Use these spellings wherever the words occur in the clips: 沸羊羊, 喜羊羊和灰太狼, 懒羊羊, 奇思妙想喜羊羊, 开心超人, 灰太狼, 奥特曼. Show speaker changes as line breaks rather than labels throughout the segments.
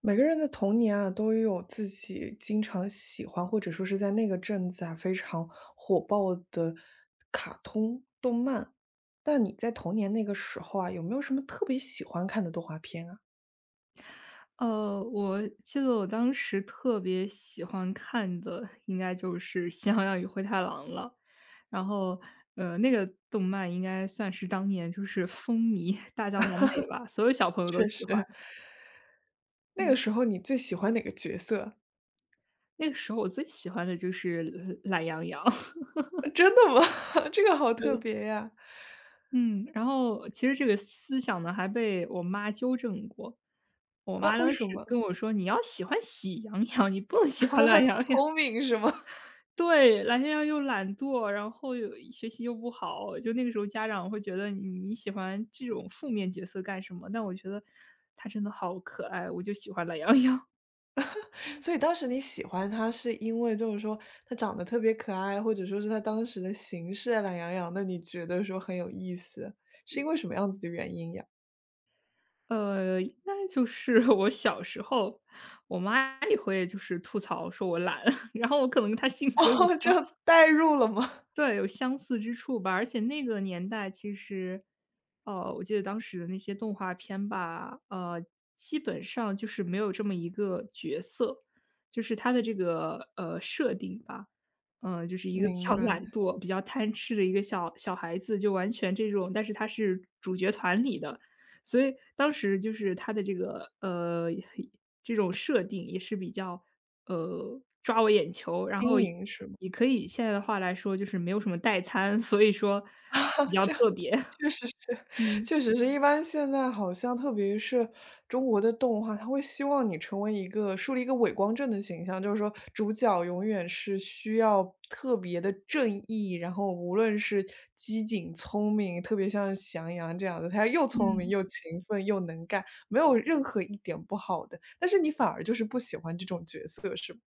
每个人的童年啊，都有自己经常喜欢，或者说是在那个镇子啊非常火爆的卡通动漫。但你在童年那个时候啊，有没有什么特别喜欢看的动画片啊？
我记得我当时特别喜欢看的，应该就是《喜羊羊与灰太狼》了。然后，那个动漫应该算是当年就是风靡大江南北吧，所有小朋友都
确
喜
实，
欢。
那个
嗯。
时候你最喜欢哪个角色？
那个时候我最喜欢的就是懒羊羊，
真的吗？这个好特
对，
别呀！
嗯，然后其实这个思想呢，还被我妈纠正过。我
啊，
妈当
为什
时
么？
跟我说："你要喜欢喜羊羊，你不能喜欢懒羊羊。"
聪明是吗？
对，懒羊羊又懒惰，然后又学习又不好，就那个时候家长会觉得你喜欢这种负面角色干什么？但我觉得他真的好可爱，我就喜欢懒羊羊。
所以当时你喜欢他是因为就是说他长得特别可爱，或者说是他当时的形式啊懒洋洋的，你觉得说很有意思，是因为什么样子的原因呀？
应该就是 我小时候，我妈也会就是吐槽说我懒，然后我可能跟她性 格
哦，这样子代入了吗？
对，有相似之处吧。而且那个年代其实，哦，我记得当时的那些动画片吧，基本上就是没有这么一个角色，就是它的这个设定吧，就是一个比较
明白，
懒惰、比较贪吃的一个小小孩子，就完全这种，但是他是主角团里的，所以当时就是他的这个这种设定也是比较抓我眼球，然
经
后嗯
营是吗？
也可以现在的话来说就是没有什么代餐，所以说比 较
这样
特
子，
别。
确实是，
嗯。
确实是。一般现在好像特别是中国的动画，它会希望你成为一个树立一个伪光正的形象，就是说主角永远是需要特别的正义，然后无论是机警、聪明，特别像翔阳这样的，他又聪明
嗯，
又勤奋又能干，没有任何一点不好的。但是你反而就是不喜欢这种角色，是吗？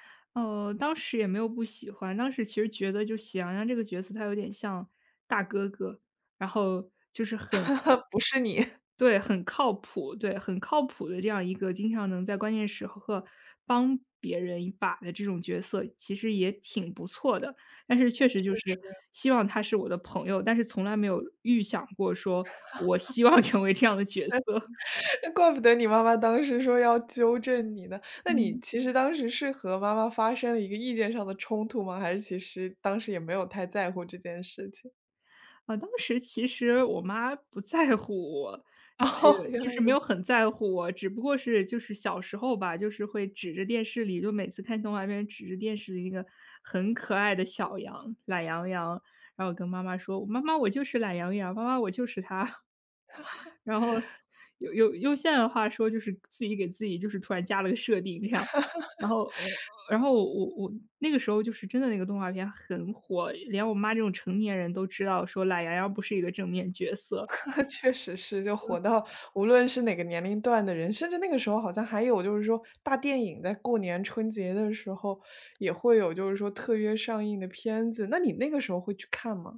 当时也没有不喜欢，当时其实觉得就喜羊羊这个角色他有点像大哥哥，然后就是很
不是你。
对，很靠谱，对，很靠谱的这样一个经常能在关键时刻帮别人一把的这种角色，其实也挺不错的。但是确实
确
就是
实
希望他是我的朋友，但是从来没有预想过说我希望 成为这样的角色，
那怪不得你妈妈当时说要纠正你呢。那你
嗯。
其实当时是和妈妈发生了一个意见上的冲突吗？还是其实当时也没有太在乎这件事情？
啊，当时其实我妈不在乎我，就
哦，
是
原来
没
如此，
有很在乎我，只不过是就是小时候吧，就是会指着电视里，就每次看动画片，指着电视里那个很可爱的小羊，懒羊羊，然后跟妈妈说："妈妈，我就是懒羊羊，妈妈，我就是它。"然后用现在的话说，就是自己给自己就是突然加了个设定，这样。然后我然后我那个时候就是真的那个动画片很火，连我妈这种成年人都知道说懒羊羊不是一个正面角色。
确实是，就火到无论是哪个年龄段的人，甚至那个时候好像还有就是说大电影在过年春节的时候也会有就是说特约上映的片子，那你那个时候会去看吗？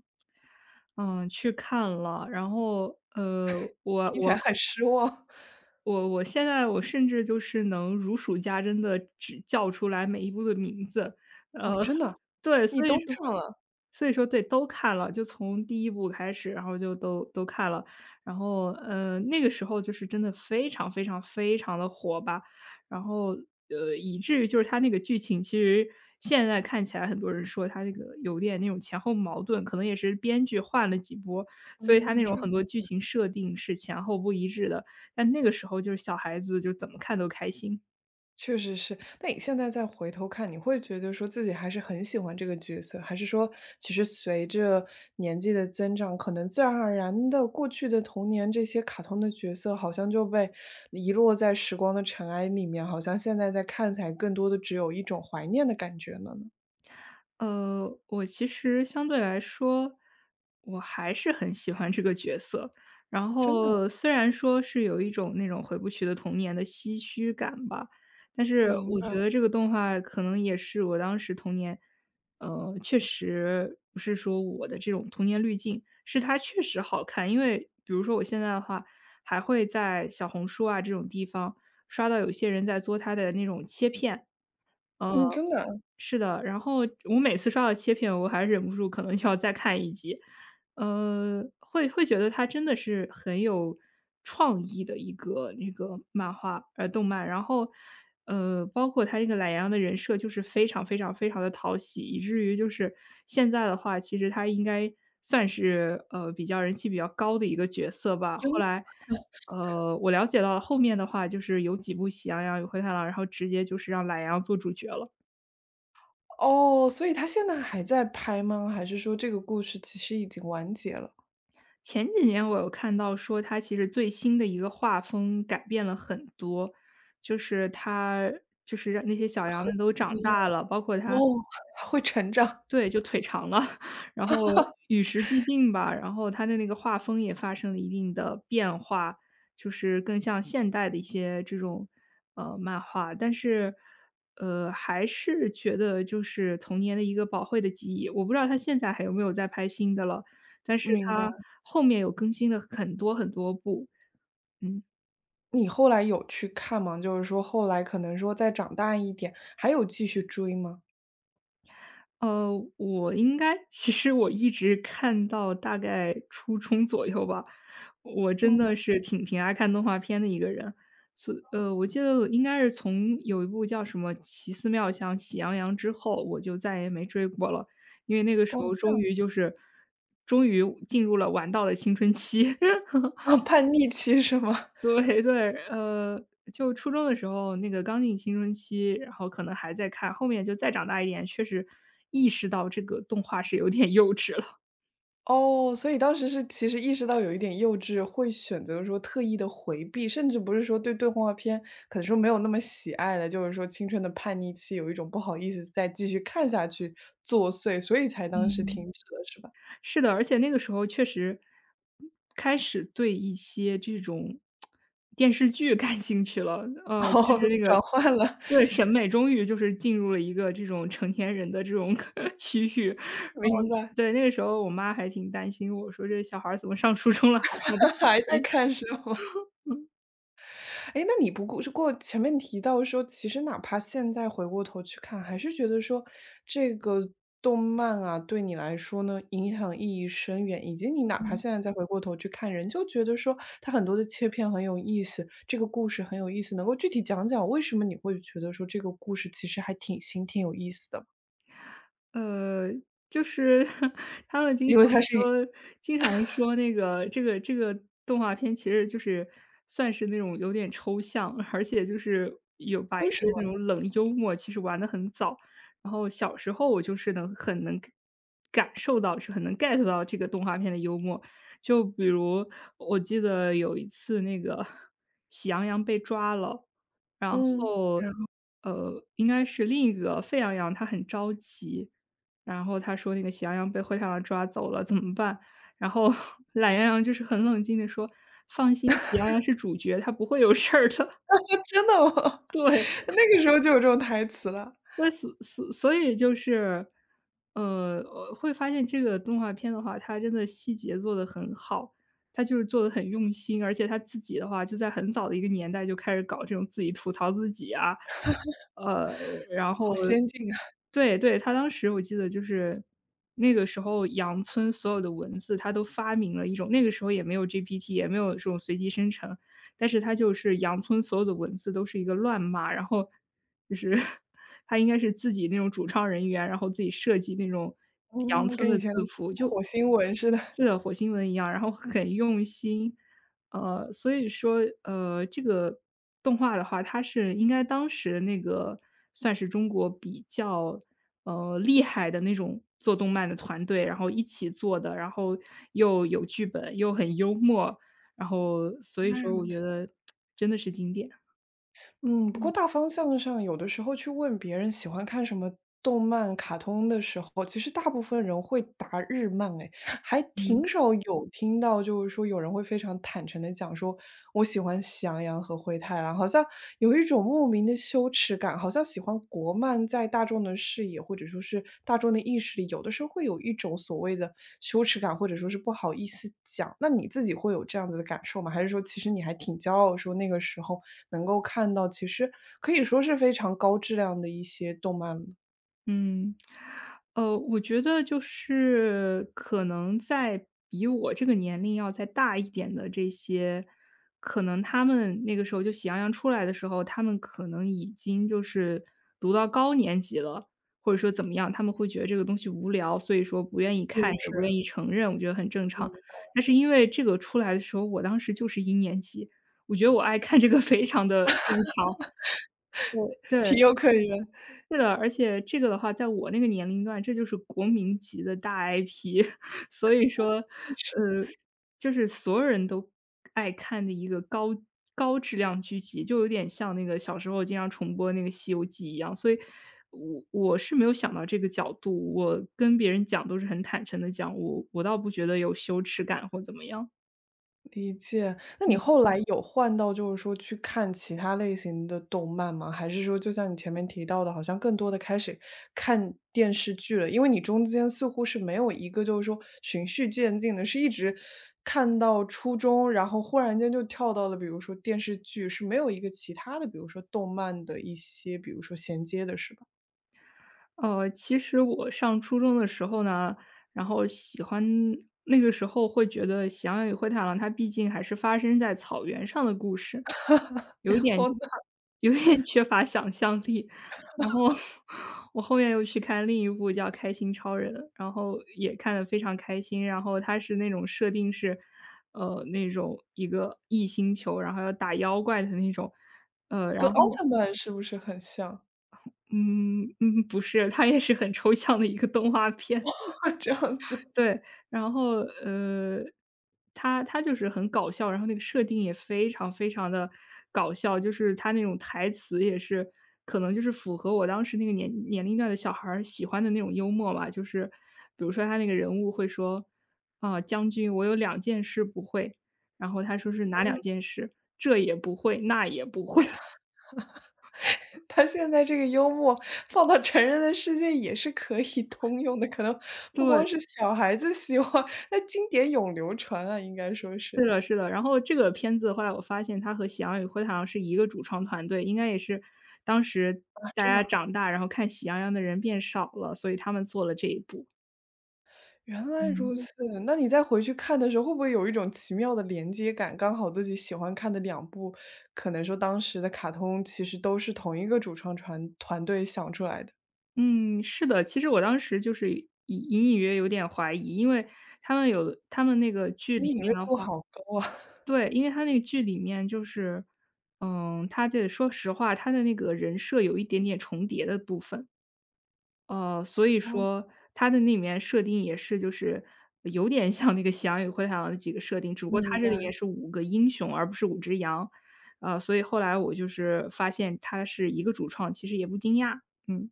嗯，去看了，然后，呃，我
听起
我
来很失望。
我现在我甚至就是能如数家珍的只叫出来每一部的名字，呃，
哦，真 的啊？
对，
你都看了？
所以说对，都看了，就从第一部开始，然后就都看了。然后，那个时候就是真的非常非常非常的火吧，然后，以至于就是它那个剧情，其实现在看起来很多人说它那个有点那种前后矛盾，可能也是编剧换了几波，所以它
嗯，
那种
这
很
样
多剧情设定是前后不一致的，但那个时候就是小孩子就怎么看都开心。
确实是。那你现在再回头看，你会觉得说自己还是很喜欢这个角色，还是说其实随着年纪的增长，可能自然而然的，过去的童年这些卡通的角色好像就被遗落在时光的尘埃里面，好像现在在看起来更多的只有一种怀念的感觉了呢？
我其实相对来说，我还是很喜欢这个角色。然
真的，
后虽然说是有一种那种回不去的童年的唏嘘感吧，但是
明
我
白。
觉得这个动画可能也是我当时童年，确实不是说我的这种童年滤镜，是它确实好看。因为比如说我现在的话，还会在小红书啊这种地方刷到有些人在做它的那种切片，
嗯，
呃
真的，
是的，然后我每次刷到切片，我还忍不住可能要再看一集，会觉得它真的是很有创意的一个那个漫画动漫。然后，包括他这个懒羊羊的人设就是非常非常非常的讨喜，以至于就是现在的话，其实他应该算是，比较人气比较高的一个角色吧。后
真
来，我了解到后面的话，就是有几部《喜羊羊与灰太狼》，然后直接就是让懒羊做主角了。
哦，所以他现在还在拍吗？还是说这个故事其实已经完结了？
前几年我有看到说它其实最新的一个画风改变了很多，就是它就是让那些小羊们都
怎
长
么样
大了，包括它嗯
哦，还会成长，
对，就腿长了，然后与时俱进吧，然后他的那个画风也发生了一定的变化，就是更像现代的一些这种，漫画。但是，还是觉得就是童年的一个宝贵的记忆。我不知道他现在还有没有在拍新的了，但是
明白。
他后面有更新了很多很多部，嗯。
你后来有去看吗？就是说后来可能说再长大一点，还有继续追吗？
呃，我应该其实我一直看到大概初中左右吧，我真
嗯，
的是挺爱看动画片的一个人。我记得应该是从有一部叫什么《奇思妙想喜羊羊》之后，我就再也没追过了，因为那个时
哦，
候
这样子，
终于进入了玩到了青春期。
啊，叛逆期是吗？
对对，就初中的时候，那个刚进青春期，然后可能还在看，后面就再长大一点，确实意识到这个动画是有点幼稚了。
哦，所以当时是其实意识到有一点幼稚，会选择说特意的回避，甚至不是说对动画片可能说没有那么喜爱了，就是说青春的叛逆期有一种不好意思再继续看下去作祟，所以才当时
嗯。
停止了是吧？
是的，而且那个时候确实开始对一些这种电视剧感兴趣了，就
哦，
是那个
转换了，
对，审美终于就是进入了一个这种成年人的这种 区域。哦，
明白，
对，那个时候我妈还挺担心我，说这小孩儿怎么上初中了还看动
还在看是吗？
漫
哎，那你不过是过前面提到说，其实哪怕现在回过头去看，还是觉得说这个动漫啊，对你来说呢，影响意义深远，以及你哪怕
嗯。
现在再回过头去看，人就觉得说它很多的切片很有意思，这个故事很有意思，能够具体讲讲为什么你会觉得说这个故事其实还挺新、挺有意思的吗？
呃，就是 他们经
因为它
常
是一
说，经常说那个这个动画片其实就是算是那种有点抽象，而且就是有把一
为
些
什
那
么？
种冷幽默其实玩的很早。然后小时候我能感受到，是很能 get 到这个动画片的幽默。就比如我记得有一次那个喜羊羊被抓了，然
嗯，
后应该是另一个沸羊羊，他很着急。然后他说那个喜羊羊被灰太狼抓走了，怎么办？然后 懒羊羊就是很冷静地说："放心，喜羊羊是主角，他不会有事儿的。
真的吗？
对，
那个时候就有这种台词了，
那所以就是，我会发现这个动画片的话，它真的细节做的很好，它就是做的很用心，而且它自己的话就在很早的一个年代就开始搞这种自己吐槽自己啊，呃，然后
好先进啊，
对对，他当时我记得就是那个时候羊村所有的文字，他都发明了一种那个时候也没有 GPT，也没有这种随机生成，但是他就是羊村所有的文字都是一个乱码，然后就是 他应该是自己那种主创人员，然后自己设计那种羊
嗯，
村
跟
的
以前
字符，就
火星文似的。
是的，火星文一样，然后很用心。所以说，这个动画的话，它是应该当时那个算是中国比较，厉害的那种做动漫的团队，然后一起做的，然后又有剧本，又很幽默，然后所
原
以
来
说
如
我嗯觉
此，
得真的是经典，
嗯，不过大方向上，有的时候去问别人喜欢看什么动漫、卡通的时候，其实大部分人会答日漫，哎，还
嗯。
挺少有听到，就是说有人会非常坦诚的讲说，我喜欢喜羊羊和灰太狼，好像有一种莫名的羞耻感，好像喜欢国漫在大众的视野或者说是大众的意识里，有的时候会有一种所谓的羞耻感，或者说是不好意思讲。那你自己会有这样子的感受吗？还是说其实你还挺骄傲，说那个时候？能够看到，其实可以说是非常高质量的一些动漫了
嗯，我觉得就是可能在比我这个年龄要再大一点的这些，可能他们那个时候就《喜羊羊》出来的时候，他们可能已经就是读到高年级了，或者说怎么样，他们会觉得这个东西无聊，所以说不愿意看，
幼
也不愿
稚，
意承认，我觉得很正
明
常。
白
但是因为这个出来的时候，我当时就是一年级，我觉得我爱看这个非常的正常，对
情
对。
有可原，
是的，而且这个的话，在我那个年龄段，这就是国民级的大 IP,所以说，
是
呃，就是所有人都爱看的一个高质量剧集，就有点像那个小时候经常重播那个《西游记》一样。所以我是没有想到这个角度，我跟别人讲都是很坦诚的讲，我倒不觉得有羞耻感或怎么样。
那你后来有换到就是说去看其他类型的动漫吗？还是说就像你前面提到的，好像更多的开始看电视剧了？因为你中间似乎是没有一个就是说循序渐进的，是一直看到初中，然后忽然间就跳到了比如说电视剧，是没有一个其他的，比如说动漫的一些，比如说衔接的是吧？
其实我上初中的时候呢，然后喜欢那个时候会觉得《喜羊羊与灰太狼》它毕竟还是发生在草原上的故事，有一
然
点
后呢？
有一点缺乏想象力。然后我后面又去看另一部叫《开心超人》，然后也看得非常开心。然后它是那种设定是，那种一个异星球，然后要打妖怪的那种，呃，然
跟
后
奥特曼是不是很像？
嗯嗯，不是，它也是很抽象的一个动画片，
这样子，
对。然后，它就是很搞笑，然后那个设定也非常非常的搞笑，就是它那种台词也是可能就是符合我当时那个年龄段的小孩儿喜欢的那种幽默吧。就是比如说他那个人物会说："啊，将军，我有两件事不会。"然后他说是哪两件事？"这也不会，那也不会。
他现在这个幽默放到成人的世界也是可以通用的，可能不
对。
光是小孩子喜欢，那经典永流传啊，应该说是。
是的是的，然后这个片子后来我发现它和《喜羊羊与灰太狼》是一个主创团队，应该也是当时
啊，
大
真的
家
啊
长大，然后看《喜羊羊》的人变少了，所以他们做了这一部。
原来如
嗯。
此，那你再回去看的时候，会不会有一种奇妙的连接感？刚好自己喜欢看的两部，可能说当时的卡通其实都是同一个主创团团队想出来的，
嗯，是的，其实我当时就是隐隐约有点怀疑，因为他们有他们那个剧里
敏锐
面的
度
话
好高啊。
对，因为他那个剧里面就是，嗯，他这说实话，他的那个人设有一点点重叠的部分。所以
哦，
说它的那里面设定也是就是有点像那个《喜羊羊与灰太狼》的几个设定，只不过
明
它这里
白。
面是5个英雄，而不是5只羊。所以后来我就是发现它是一个主创，其实也不惊讶。嗯，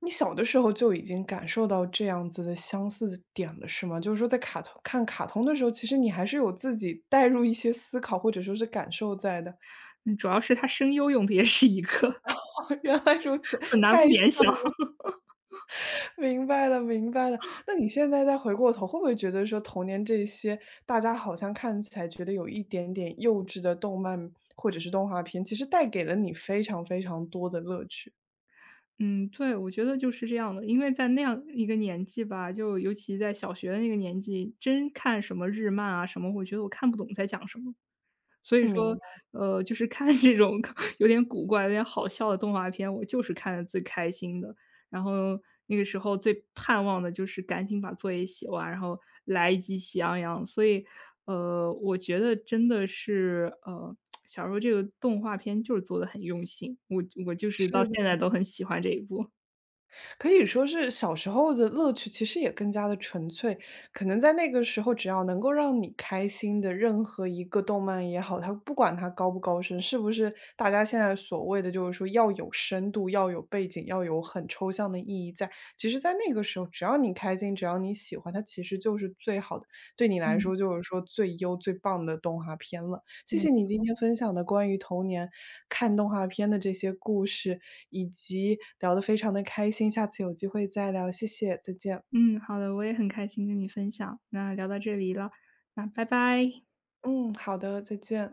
你小的时候就已经感受到这样子的相似的点了，是吗？就是说在卡通看卡通的时候，其实你还是有自己带入一些思考或者说是感受在的。
嗯，主要是它声优用的也是一个，
哦，原来如此，
很难不
太像
联想。
了，明白了，明白了。那你现在再回过头，会不会觉得说童年这些大家好像看起来觉得有一点点幼稚的动漫或者是动画片，其实带给了你非常非常多的乐趣？
嗯，对，我觉得就是这样的。因为在那样一个年纪吧，就尤其在小学的那个年纪，真看什么日漫啊什么，我觉得我看不懂在讲什么。所以
嗯
说，
明白，
就是看这种 有点古怪、有点好笑的动画片，我就是看的最开心的。然后那个时候最盼望的就是赶紧把作业写完，然后来一集《喜羊羊》。所以，我觉得真的是，小时候这个动画片就是做的很用心，我就是
是
到嗯
的。
现在都很喜欢这一部。
可以说是小时候的乐趣其实也更加的纯粹，可能在那个时候只要能够让你开心的任何一个动漫也好，它不管它高不高深，是不是大家现在所谓的就是说要有深度、要有背景、要有很抽象的意义在，其实在那个时候，只要你开心，只要你喜欢，它其实就是最好的，对你来
嗯，
说就是说最优最棒的动画片了。谢
没
谢你今
错。
天分享的关于童年看动画片的这些故事，以及聊得非常的开心，下次有机会再聊，谢谢，再见。
嗯，好的，我也很开心跟你分享，那聊到这里了，那拜拜。
嗯，好的，再见。